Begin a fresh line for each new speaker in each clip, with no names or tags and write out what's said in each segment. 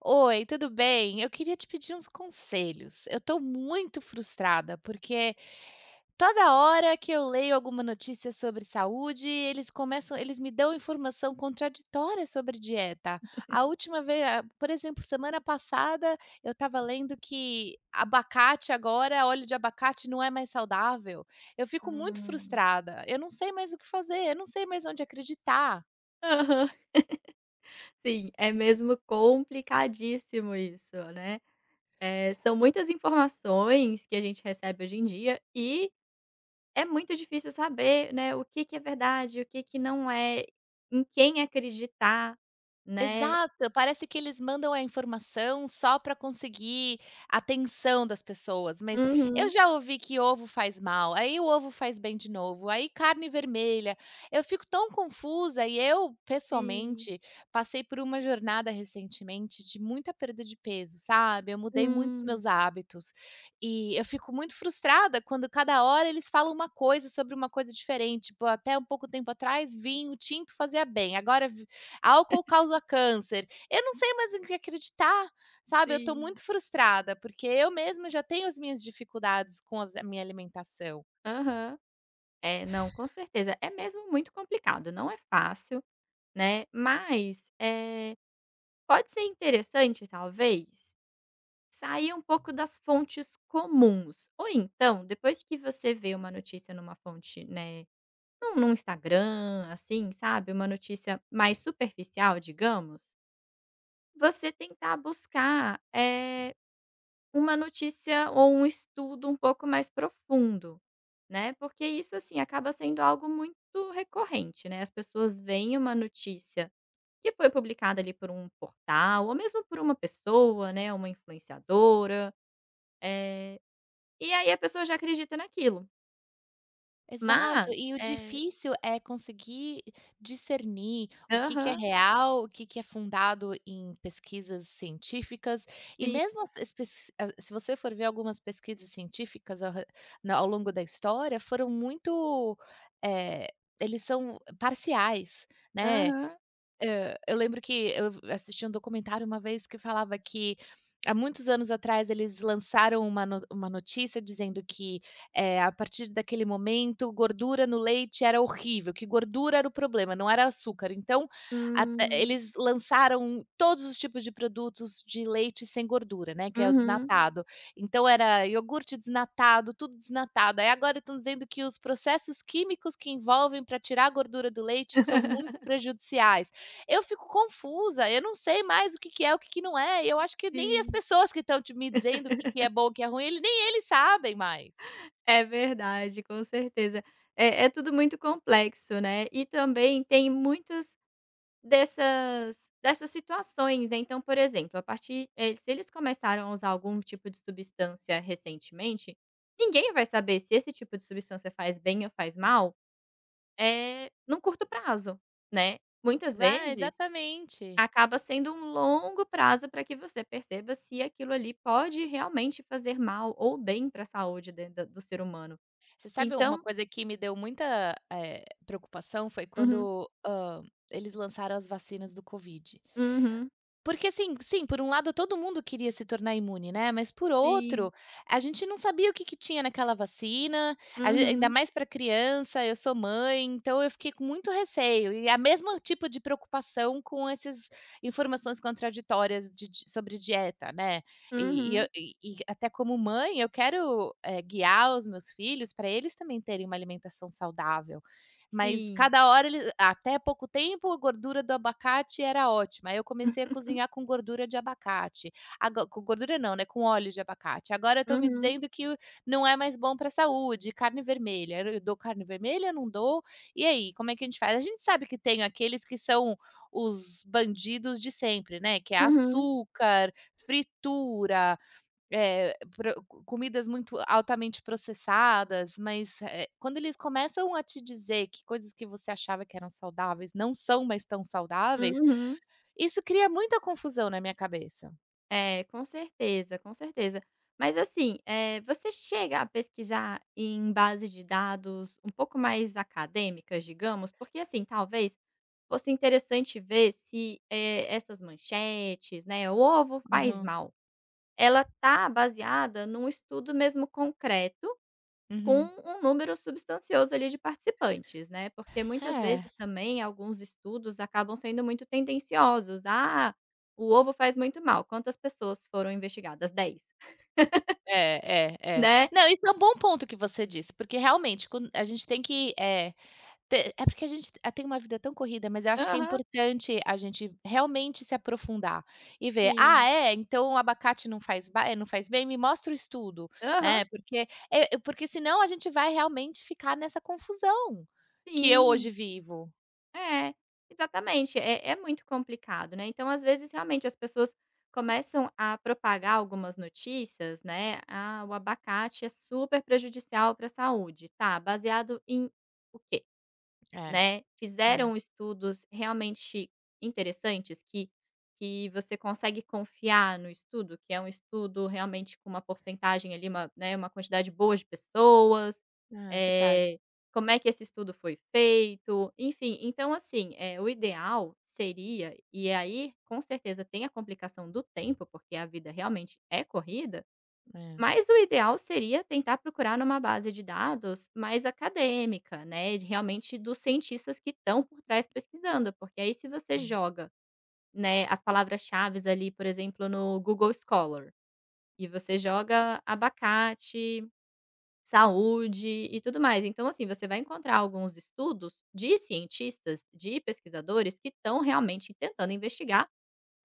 Oi, tudo bem? Eu queria te pedir uns conselhos. Eu estou muito frustrada, porque toda hora que eu leio alguma notícia sobre saúde, eles me dão informação contraditória sobre dieta. A última vez a por exemplo, semana passada, eu estava lendo que abacate agora óleo de abacate não é mais saudável. Eu fico muito
Hum.
frustrada, eu não sei mais o que fazer, eu não sei mais onde acreditar.
Aham. Sim, é mesmo complicadíssimo isso, né. São muitas informações que a gente recebe hoje em dia e é muito difícil saber, né, o que que é verdade, o que que não é, em quem acreditar, né.
Exato, parece que eles mandam a informação só para conseguir a atenção das pessoas, mas eu
Uhum.
já ouvi que ovo faz mal, aí o ovo faz bem de novo, aí carne vermelha. Eu fico tão confusa e eu,
Sim.
pessoalmente, passei por uma jornada recentemente de muita perda de peso, sabe? Eu mudei muitos
Hum.
meus hábitos e eu fico muito frustrada quando cada hora eles falam uma coisa sobre uma coisa diferente. Tipo, até um pouco tempo atrás, vinho tinto fazia bem, agora álcool causa câncer. Eu não sei mais em que acreditar, sabe? Eu tô
Sim.
muito frustrada, porque eu mesma já tenho as minhas dificuldades com as a minha alimentação.
Aham. É, não, com certeza. É mesmo muito complicado, não é fácil, né, mas, pode ser interessante, talvez, sair um pouco das fontes comuns, ou então, depois que você vê uma notícia numa fonte, né. Num Instagram, assim, sabe, uma notícia mais superficial, digamos, você tentar buscar, uma notícia ou um estudo um pouco mais profundo, né, porque isso, assim, acaba sendo algo muito recorrente, né, as pessoas veem uma notícia que foi publicada ali por um portal ou mesmo por uma pessoa, né, uma influenciadora, eh, e aí a pessoa já acredita naquilo.
Exato,
Mas,
e o
eh
difícil é conseguir discernir o que que é
Aham,
real, o que que é fundado em pesquisas científicas, e
sim.
mesmo se você for ver algumas pesquisas científicas ao re na ao longo da história, foram muito, eh, eles são parciais, né?
Aham.
Eu lembro que eu assisti um documentário uma vez que falava que, há muitos anos atrás, eles lançaram uma no uma notícia dizendo que, a partir daquele momento, gordura no leite era horrível, que gordura era o problema, não era açúcar. Então, até
Hum.
eles lançaram todos os tipos de produtos de leite sem gordura, né, que é o
Uhum.
desnatado. Então era iogurte desnatado, tudo desnatado. Aí agora estão dizendo que os processos químicos que envolvem para tirar a gordura do leite são muito prejudiciais. Eu fico confusa, eu não sei mais o que que é, o que que não é, e eu acho que nem as
Sim,
pessoas que estão te me dizendo o que que é bom, o que é ruim, ele nem eles sabem mais.
é verdade, com certeza. É tudo muito complexo, né, e também tem muitas dessas situações, né, então, por exemplo, se eles começaram a usar algum tipo de substância recentemente, ninguém vai saber se esse tipo de substância faz bem ou faz mal, é num curto prazo, né. Muitas
Right,
vezes
exatamente.
acaba sendo um longo prazo para que você perceba se aquilo ali pode realmente fazer mal ou bem para a saúde de da do ser humano.
Você sabe uma
Então
coisa que me deu muita, preocupação foi
uhum.
quando, eles lançaram as vacinas do Covid.
Uhum.
Porque assim, sim, por um lado todo mundo queria se tornar imune, né, mas por outro,
Sim.
a gente não sabia o que que tinha naquela vacina, a gen ainda
Uhum.
mais para criança, eu sou mãe, então eu fiquei com muito receio e a mesma tipo de preocupação com essas informações contraditórias de sobre dieta, né. E e eu
Uhum.
e e até como mãe eu quero, guiar os meus filhos para eles também terem uma alimentação saudável. Mas
Sim.
cada hora ele até pouco tempo, a gordura do abacate era ótima, aí eu comecei a cozinhar com gordura de abacate, ago com gordura não, né, com óleo de abacate. Agora estão me
Uhum.
dizendo que não é mais bom para a saúde, carne vermelha. Eu dou carne vermelha, não dou? E aí, como é que a gente faz? A gente sabe que tem aqueles que são os bandidos de sempre, né, que é
Uhum.
açúcar, fritura, é, pro comidas muito altamente processadas, mas, quando eles começam a te dizer que coisas que você achava que eram saudáveis não são mais tão saudáveis,
Uhum.
isso cria muita confusão na minha cabeça.
É, com certeza, com certeza. Mas assim, você chega a pesquisar em base de dados um pouco mais acadêmicas, digamos? Porque assim, talvez fosse interessante ver se, essas manchetes, né, "O ovo faz
Uhum,
mal", ela tá baseada num estudo mesmo concreto com
uhum.
um número substancioso ali de participantes, né, porque muitas
É,
vezes também alguns estudos acabam sendo muito tendenciosos, "Ah, o ovo faz muito mal, quantas pessoas foram investigadas? 10,
é.
né."
Não, isso é um bom ponto que você disse, porque realmente quando a gente tem que, Te é porque a gente tem uma vida tão corrida, mas eu acho que é
Aham,
importante a gente realmente se aprofundar e ver: "Ah,
sim.
é? Então o abacate não faz não faz bem? Me mostra o estudo",
Aham,
né, porque senão a gente vai realmente ficar nessa confusão que eu hoje
sim.
vivo.
É, exatamente, é muito complicado, né, então às vezes realmente as pessoas começam a propagar algumas notícias, né, "Ah, o abacate é super prejudicial para a saúde", tá, baseado em o quê?
É,
Né,
é.
fizeram estudos realmente interessantes que você consegue confiar no estudo, que é um estudo realmente com uma porcentagem ali, uma, né, uma quantidade boa de pessoas,
Verdade.
eh, como é que esse estudo foi feito, enfim. Então assim, o ideal seria. E aí com certeza tem a complicação do tempo, porque a vida realmente é corrida,
É,
mas o ideal seria tentar procurar numa base de dados mais acadêmica, né, de realmente dos cientistas que estão por trás pesquisando, porque aí se você
é.
joga, né, as palavras-chaves ali, por exemplo, no Google Scholar, e você joga abacate, saúde e tudo mais. Então, assim, você vai encontrar alguns estudos de cientistas, de pesquisadores que estão realmente tentando investigar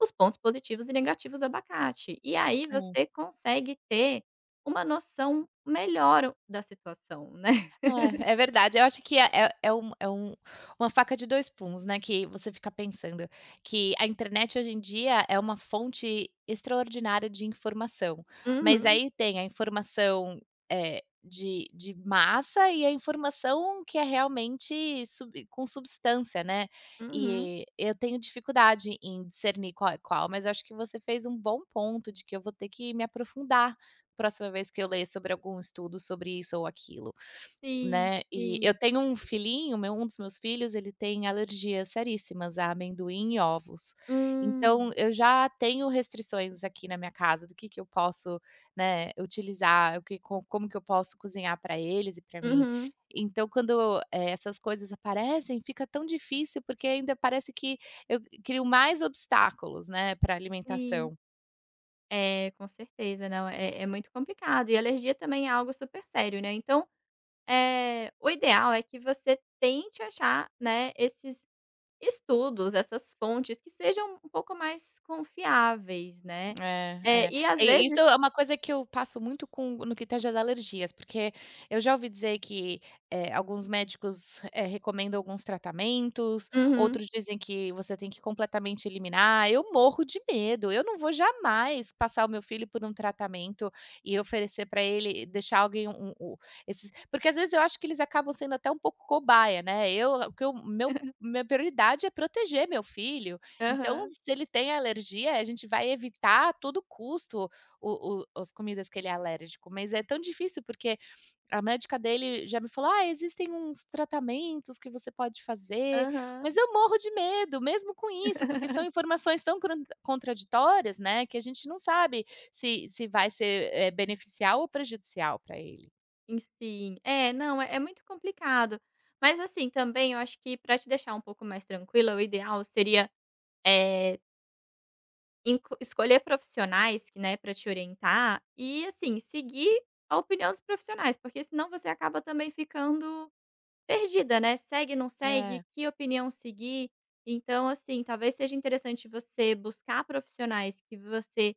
os pontos positivos e negativos do abacate. E aí
É.
você consegue ter uma noção melhor da situação, né.
É, é verdade. Eu acho que é um uma faca de 2 punhos, né, que você fica pensando que a internet hoje em dia é uma fonte extraordinária de informação, mas
Uhum,
aí tem a informação, de massa e a informação que é realmente sub com substância, né.
uhum.
E eu tenho dificuldade em discernir qual é qual, mas acho que você fez um bom ponto de que eu vou ter que me aprofundar próxima vez que eu ler sobre algum estudo sobre isso ou aquilo.
Sim,
Né, e eu
sim.
tenho um filhinho, meu um dos meus filhos, ele tem alergias seríssimas a amendoim e ovos. Então
Hum.
eu já tenho restrições aqui na minha casa do que eu posso, né, utilizar, o que co como que eu posso cozinhar para eles e para mim.
Uhum,
Então quando, essas coisas aparecem, fica tão difícil, porque ainda parece que eu crio mais obstáculos, né, para
sim.
alimentação.
É, com certeza. Não, é muito complicado. E alergia também é algo super sério, né. Então, o ideal é que você tente achar, né, esses estudos, essas fontes que sejam um pouco mais confiáveis, né.
É,
Eh,
é.
e às
E isso
vezes.
é uma coisa que eu passo muito com no que tange às alergias, porque eu já ouvi dizer que, alguns médicos, recomendam alguns tratamentos,
Uhum.
outros dizem que você tem que completamente eliminar. Eu morro de medo, eu não vou jamais passar o meu filho por um tratamento e oferecer para ele deixar alguém um um esses porque às vezes eu acho que eles acabam sendo até um pouco cobaia, né. Eu o que eu meu minha prioridade é proteger meu filho. Então,
Aham,
se ele tem alergia, a gente vai evitar a todo custo o as comidas que ele é alérgico, mas é tão difícil, porque a médica dele já me falou: "Ah, existem uns tratamentos que você pode fazer",
aham.
mas eu morro de medo, mesmo com isso, porque são informações tão cron contraditórias, né, que a gente não sabe se vai ser, beneficial ou prejudicial para ele.
E sim. É, não, é muito complicado. Mas, assim, também eu acho que para te deixar um pouco mais tranquila, o ideal seria, é inco escolher profissionais que, né, para te orientar e, assim, seguir a opinião dos profissionais, porque senão você acaba também ficando perdida, né, segue, não segue,
É,
que opinião seguir. Então, assim, talvez seja interessante você buscar profissionais que você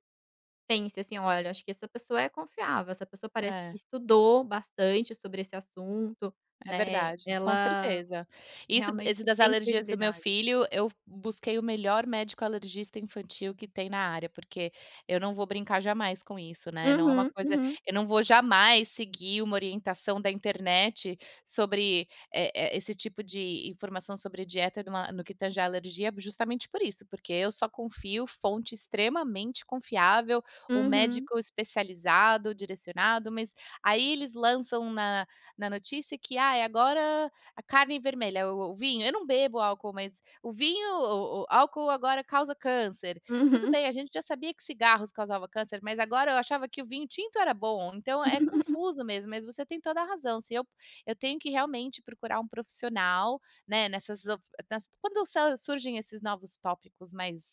pense assim: "Olha, acho que essa pessoa é confiável, essa pessoa parece que
é.
estudou bastante sobre esse assunto,
É
né,
verdade, com
ela
certeza. Isso esse
realmente
das
tem
alergias do meu
credibilidade".
filho, eu busquei o melhor médico alergista infantil que tem na área, porque eu não vou brincar jamais com isso, né, não é uma
Uhum.
coisa
Uhum.
eu não vou jamais seguir uma orientação da internet sobre, esse tipo de informação sobre dieta numa no que tange à alergia, justamente por isso, porque eu só confio fonte extremamente confiável, o
Uhum.
médico especializado, direcionado, mas aí eles lançam na notícia que: ah agora a carne é vermelha, o vinho" eu não bebo álcool, mas "o vinho o álcool agora causa câncer". Tudo
Uhum.
bem, a gente já sabia que cigarros causavam câncer, mas agora eu achava que o vinho tinto era bom, então é confuso mesmo, mas você tem toda a razão, se eu eu tenho que realmente procurar um profissional, né, nessas of nas quando sa surgem esses novos tópicos mais,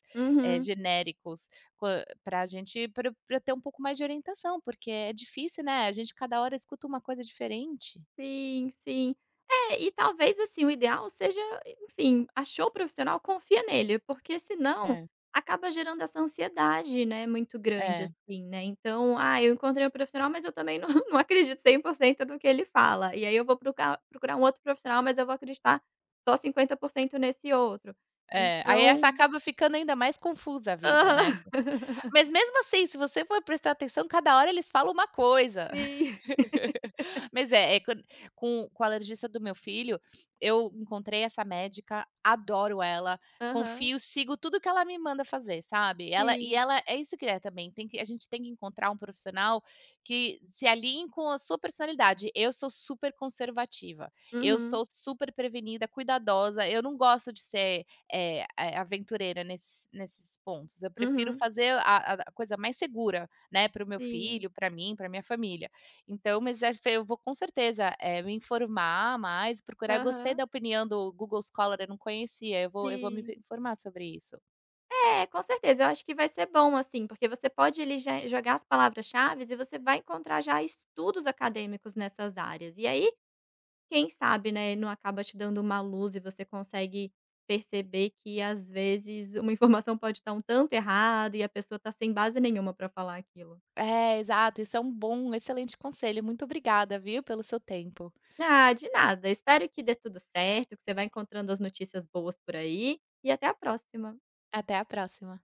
Uhum.
genéricos para a gente pra ter um pouco mais de orientação, porque é difícil, né, a gente cada hora escuta uma coisa diferente.
Sim. Sim. É, e talvez, assim, o ideal seja, enfim, achou o profissional, confia nele, porque senão
É,
acaba gerando essa ansiedade, né, muito grande,
é,
assim, né. Então: "Ah, eu encontrei um profissional, mas eu também não não acredito 100% no que ele fala". E aí eu vou procar procurar um outro profissional, mas eu vou acreditar só 50% nesse outro.
é. Aí essa
Então
acaba ficando ainda mais confusa a vida, né. Mas mesmo assim, se você for prestar atenção, cada hora eles falam uma coisa.
sim.
Mas é, é quan com o alergista do meu filho, eu encontrei essa médica, adoro ela,
Aham,
confio, sigo tudo que ela me manda fazer, sabe.
sim.
Ela é isso que é também, tem que encontrar um profissional que se alinhe com a sua personalidade. Eu sou super conservativa, eu
Uhum,
sou super prevenida, cuidadosa, eu não gosto de ser, aventureira nesses pontos, eu prefiro
uhum,
fazer a coisa mais segura, né, para o meu
sim.
filho, para mim, para minha família. Então, mas é fe eu vou com certeza, me informar mais, procurar. Eu gostei
Aham,
da opinião do Google Scholar, eu não conhecia, eu vou me
sim.
informar sobre isso.
É, com certeza, eu acho que vai ser bom, assim, porque você pode ali já jogar as palavras-chaves e você vai encontrar já estudos acadêmicos nessas áreas. E aí, quem sabe, né, não acaba te dando uma luz e você consegue perceber que às vezes uma informação pode estar um tanto errada e a pessoa tá sem base nenhuma para falar aquilo.
É, exato, isso é um bom, um excelente conselho. Muito obrigada, viu, pelo seu tempo.
Ah, de nada. Espero que dê tudo certo, que você vá encontrando as notícias boas por aí e até a próxima.
Até a próxima.